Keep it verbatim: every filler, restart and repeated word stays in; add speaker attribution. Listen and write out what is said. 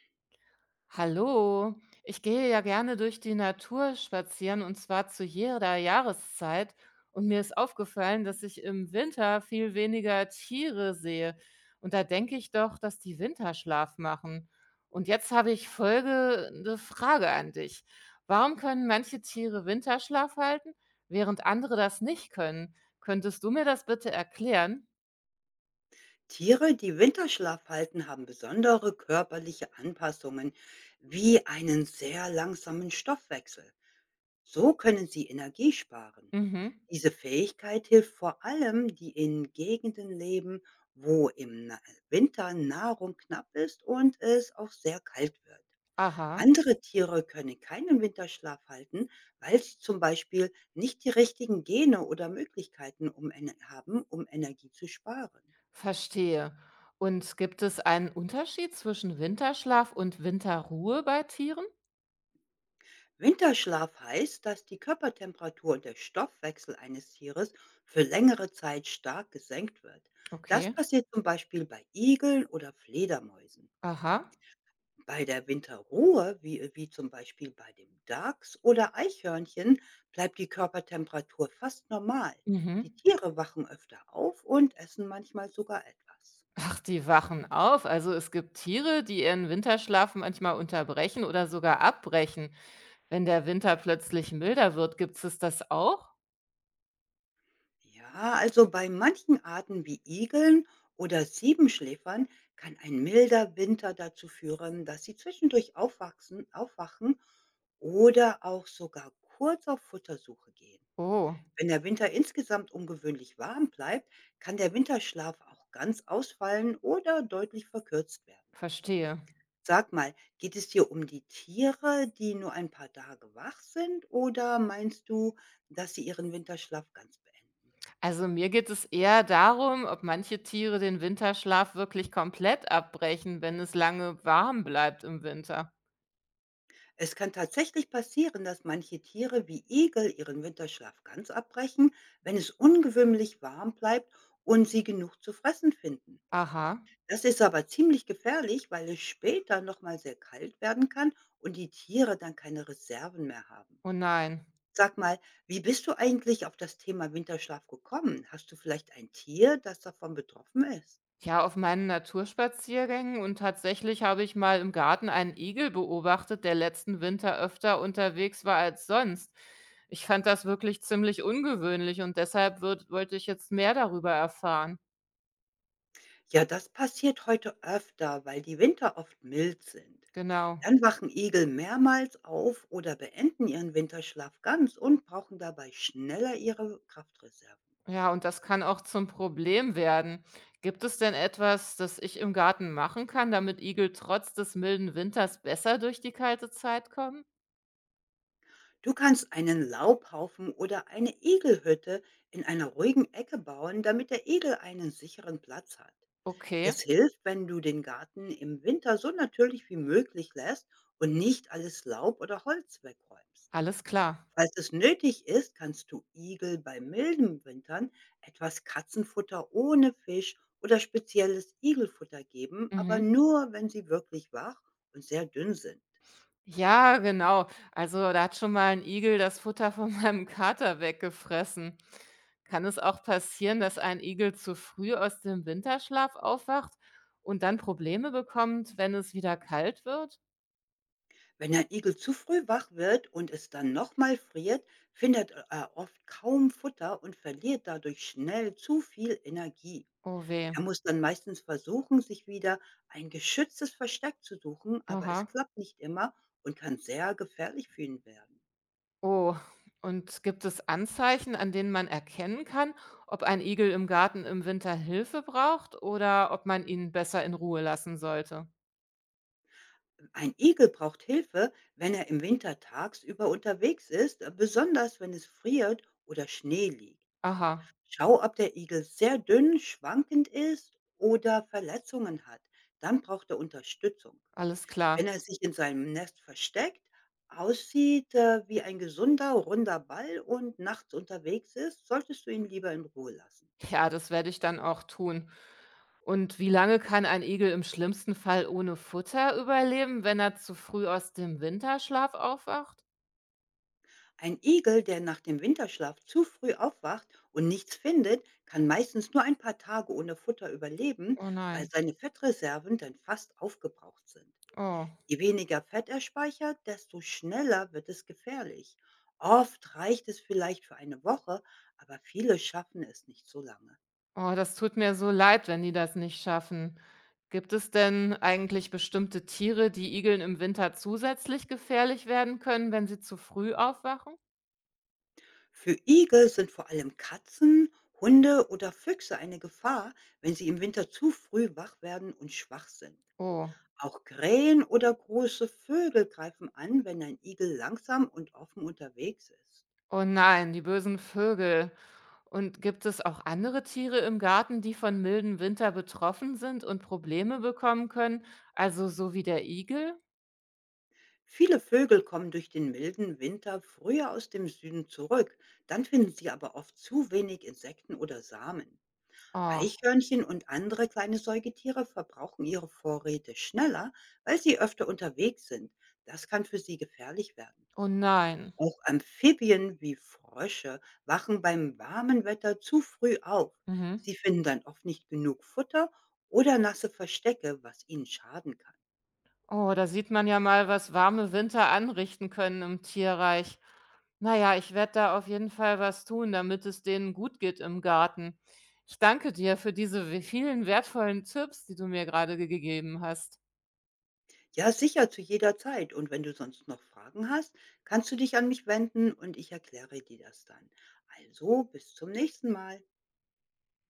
Speaker 1: Hallo, ich gehe ja gerne durch die Natur spazieren und zwar zu jeder Jahreszeit. Und mir ist aufgefallen, dass ich im Winter viel weniger Tiere sehe. Und da denke ich doch, dass die Winterschlaf machen. Und jetzt habe ich folgende Frage an dich. Warum können manche Tiere Winterschlaf halten, während andere das nicht können? Könntest du mir das bitte erklären?
Speaker 2: Tiere, die Winterschlaf halten, haben besondere körperliche Anpassungen wie einen sehr langsamen Stoffwechsel. So können sie Energie sparen.
Speaker 1: Mhm.
Speaker 2: Diese Fähigkeit hilft vor allem, die in Gegenden leben, wo im Na- Winter Nahrung knapp ist und es auch sehr kalt wird.
Speaker 1: Aha.
Speaker 2: Andere Tiere können keinen Winterschlaf halten, weil sie zum Beispiel nicht die richtigen Gene oder Möglichkeiten um, Ener- haben, um Energie zu sparen.
Speaker 1: Verstehe. Und gibt es einen Unterschied zwischen Winterschlaf und Winterruhe bei Tieren?
Speaker 2: Winterschlaf heißt, dass die Körpertemperatur und der Stoffwechsel eines Tieres für längere Zeit stark gesenkt wird. Das
Speaker 1: Okay.
Speaker 2: passiert zum Beispiel bei Igeln oder Fledermäusen.
Speaker 1: Aha.
Speaker 2: Bei der Winterruhe, wie, wie zum Beispiel bei dem Dachs oder Eichhörnchen, bleibt die Körpertemperatur fast normal. Die
Speaker 1: Mhm.
Speaker 2: Tiere wachen öfter auf und essen manchmal sogar etwas.
Speaker 1: Ach, die wachen auf. Also es gibt Tiere, die ihren Winterschlaf manchmal unterbrechen oder sogar abbrechen. Wenn der Winter plötzlich milder wird, gibt es das auch?
Speaker 2: Ja, also bei manchen Arten wie Igeln oder Siebenschläfern kann ein milder Winter dazu führen, dass sie zwischendurch aufwachsen, aufwachen oder auch sogar kurz auf Futtersuche gehen.
Speaker 1: Oh,
Speaker 2: Wenn der Winter insgesamt ungewöhnlich warm bleibt, kann der Winterschlaf auch ganz ausfallen oder deutlich verkürzt werden.
Speaker 1: verstehe.
Speaker 2: Sag mal, geht es hier um die Tiere, die nur ein paar Tage wach sind, oder meinst du, dass sie ihren Winterschlaf ganz beenden?
Speaker 1: Also mir geht es eher darum, ob manche Tiere den Winterschlaf wirklich komplett abbrechen, wenn es lange warm bleibt im Winter.
Speaker 2: Es kann tatsächlich passieren, dass manche Tiere wie Igel ihren Winterschlaf ganz abbrechen, wenn es ungewöhnlich warm bleibt und sie genug zu fressen finden.
Speaker 1: Aha.
Speaker 2: Das ist aber ziemlich gefährlich, weil es später nochmal sehr kalt werden kann und die Tiere dann keine Reserven mehr haben.
Speaker 1: Oh nein.
Speaker 2: Sag mal, wie bist du eigentlich auf das Thema Winterschlaf gekommen? Hast du vielleicht ein Tier, das davon betroffen ist?
Speaker 1: Ja, auf meinen Naturspaziergängen, und tatsächlich habe ich mal im Garten einen Igel beobachtet, der letzten Winter öfter unterwegs war als sonst. Ich fand das wirklich ziemlich ungewöhnlich und deshalb würd, wollte ich jetzt mehr darüber erfahren.
Speaker 2: Ja, das passiert heute öfter, weil die Winter oft mild sind.
Speaker 1: Genau.
Speaker 2: Dann wachen Igel mehrmals auf oder beenden ihren Winterschlaf ganz und brauchen dabei schneller ihre Kraftreserven.
Speaker 1: Ja, und das kann auch zum Problem werden. Gibt es denn etwas, das ich im Garten machen kann, damit Igel trotz des milden Winters besser durch die kalte Zeit kommen?
Speaker 2: Du kannst einen Laubhaufen oder eine Igelhütte in einer ruhigen Ecke bauen, damit der Igel einen sicheren Platz hat.
Speaker 1: Okay,
Speaker 2: Es hilft, wenn du den Garten im Winter so natürlich wie möglich lässt und nicht alles Laub oder Holz wegräumst.
Speaker 1: alles klar.
Speaker 2: Falls es nötig ist, kannst du Igel bei milden Wintern etwas Katzenfutter ohne Fisch oder spezielles Igelfutter geben, aber
Speaker 1: Mhm.
Speaker 2: nur, wenn sie wirklich wach und sehr dünn sind.
Speaker 1: Ja, genau. Also, da hat schon mal ein Igel das Futter von meinem Kater weggefressen. Kann es auch passieren, dass ein Igel zu früh aus dem Winterschlaf aufwacht und dann Probleme bekommt, wenn es wieder kalt wird?
Speaker 2: Wenn ein Igel zu früh wach wird und es dann nochmal friert, findet er oft kaum Futter und verliert dadurch schnell zu viel Energie.
Speaker 1: Oh weh.
Speaker 2: Er muss dann meistens versuchen, sich wieder ein geschütztes Versteck zu suchen, aber es
Speaker 1: Aha.
Speaker 2: klappt nicht immer und kann sehr gefährlich für ihn werden.
Speaker 1: Oh, und gibt es Anzeichen, an denen man erkennen kann, ob ein Igel im Garten im Winter Hilfe braucht oder ob man ihn besser in Ruhe lassen sollte?
Speaker 2: Ein Igel braucht Hilfe, wenn er im Winter tagsüber unterwegs ist, äh, besonders wenn es friert oder Schnee liegt.
Speaker 1: Aha,
Speaker 2: Schau, ob der Igel sehr dünn, schwankend ist oder Verletzungen hat. Dann braucht er Unterstützung.
Speaker 1: alles klar.
Speaker 2: Wenn er sich in seinem Nest versteckt, aussieht äh, wie ein gesunder, runder Ball und nachts unterwegs ist, solltest du ihn lieber in Ruhe lassen.
Speaker 1: Ja, das werde ich dann auch tun. Und wie lange kann ein Igel im schlimmsten Fall ohne Futter überleben, wenn er zu früh aus dem Winterschlaf aufwacht?
Speaker 2: Ein Igel, der nach dem Winterschlaf zu früh aufwacht und nichts findet, kann meistens nur ein paar Tage ohne Futter überleben,
Speaker 1: Oh
Speaker 2: weil
Speaker 1: nein.
Speaker 2: seine Fettreserven dann fast aufgebraucht sind.
Speaker 1: Oh.
Speaker 2: Je weniger Fett er speichert, desto schneller wird es gefährlich. Oft reicht es vielleicht für eine Woche, aber viele schaffen es nicht so lange.
Speaker 1: Oh, das tut mir so leid, wenn die das nicht schaffen. Gibt es denn eigentlich bestimmte Tiere, die Igeln im Winter zusätzlich gefährlich werden können, wenn sie zu früh aufwachen?
Speaker 2: Für Igel sind vor allem Katzen, Hunde oder Füchse eine Gefahr, wenn sie im Winter zu früh wach werden und schwach sind.
Speaker 1: Oh.
Speaker 2: Auch Krähen oder große Vögel greifen an, wenn ein Igel langsam und offen unterwegs ist.
Speaker 1: Oh nein, die bösen Vögel. Und gibt es auch andere Tiere im Garten, die von milden Winter betroffen sind und Probleme bekommen können? Also so wie der Igel?
Speaker 2: Viele Vögel kommen durch den milden Winter früher aus dem Süden zurück, dann finden sie aber oft zu wenig Insekten oder Samen.
Speaker 1: Oh,
Speaker 2: Eichhörnchen und andere kleine Säugetiere verbrauchen ihre Vorräte schneller, weil sie öfter unterwegs sind. Das kann für sie gefährlich werden.
Speaker 1: oh nein.
Speaker 2: Auch Amphibien wie Frösche wachen beim warmen Wetter zu früh auf.
Speaker 1: Mhm.
Speaker 2: Sie finden dann oft nicht genug Futter oder nasse Verstecke, was ihnen schaden kann.
Speaker 1: Oh, da sieht man ja mal, was warme Winter anrichten können im Tierreich. Naja, ich werde da auf jeden Fall was tun, damit es denen gut geht im Garten. Ich danke dir für diese we- vielen wertvollen Tipps, die du mir gerade gegeben hast.
Speaker 2: Ja, sicher zu jeder Zeit. Und wenn du sonst noch Fragen hast, kannst du dich an mich wenden und ich erkläre dir das dann. Also, bis zum nächsten Mal.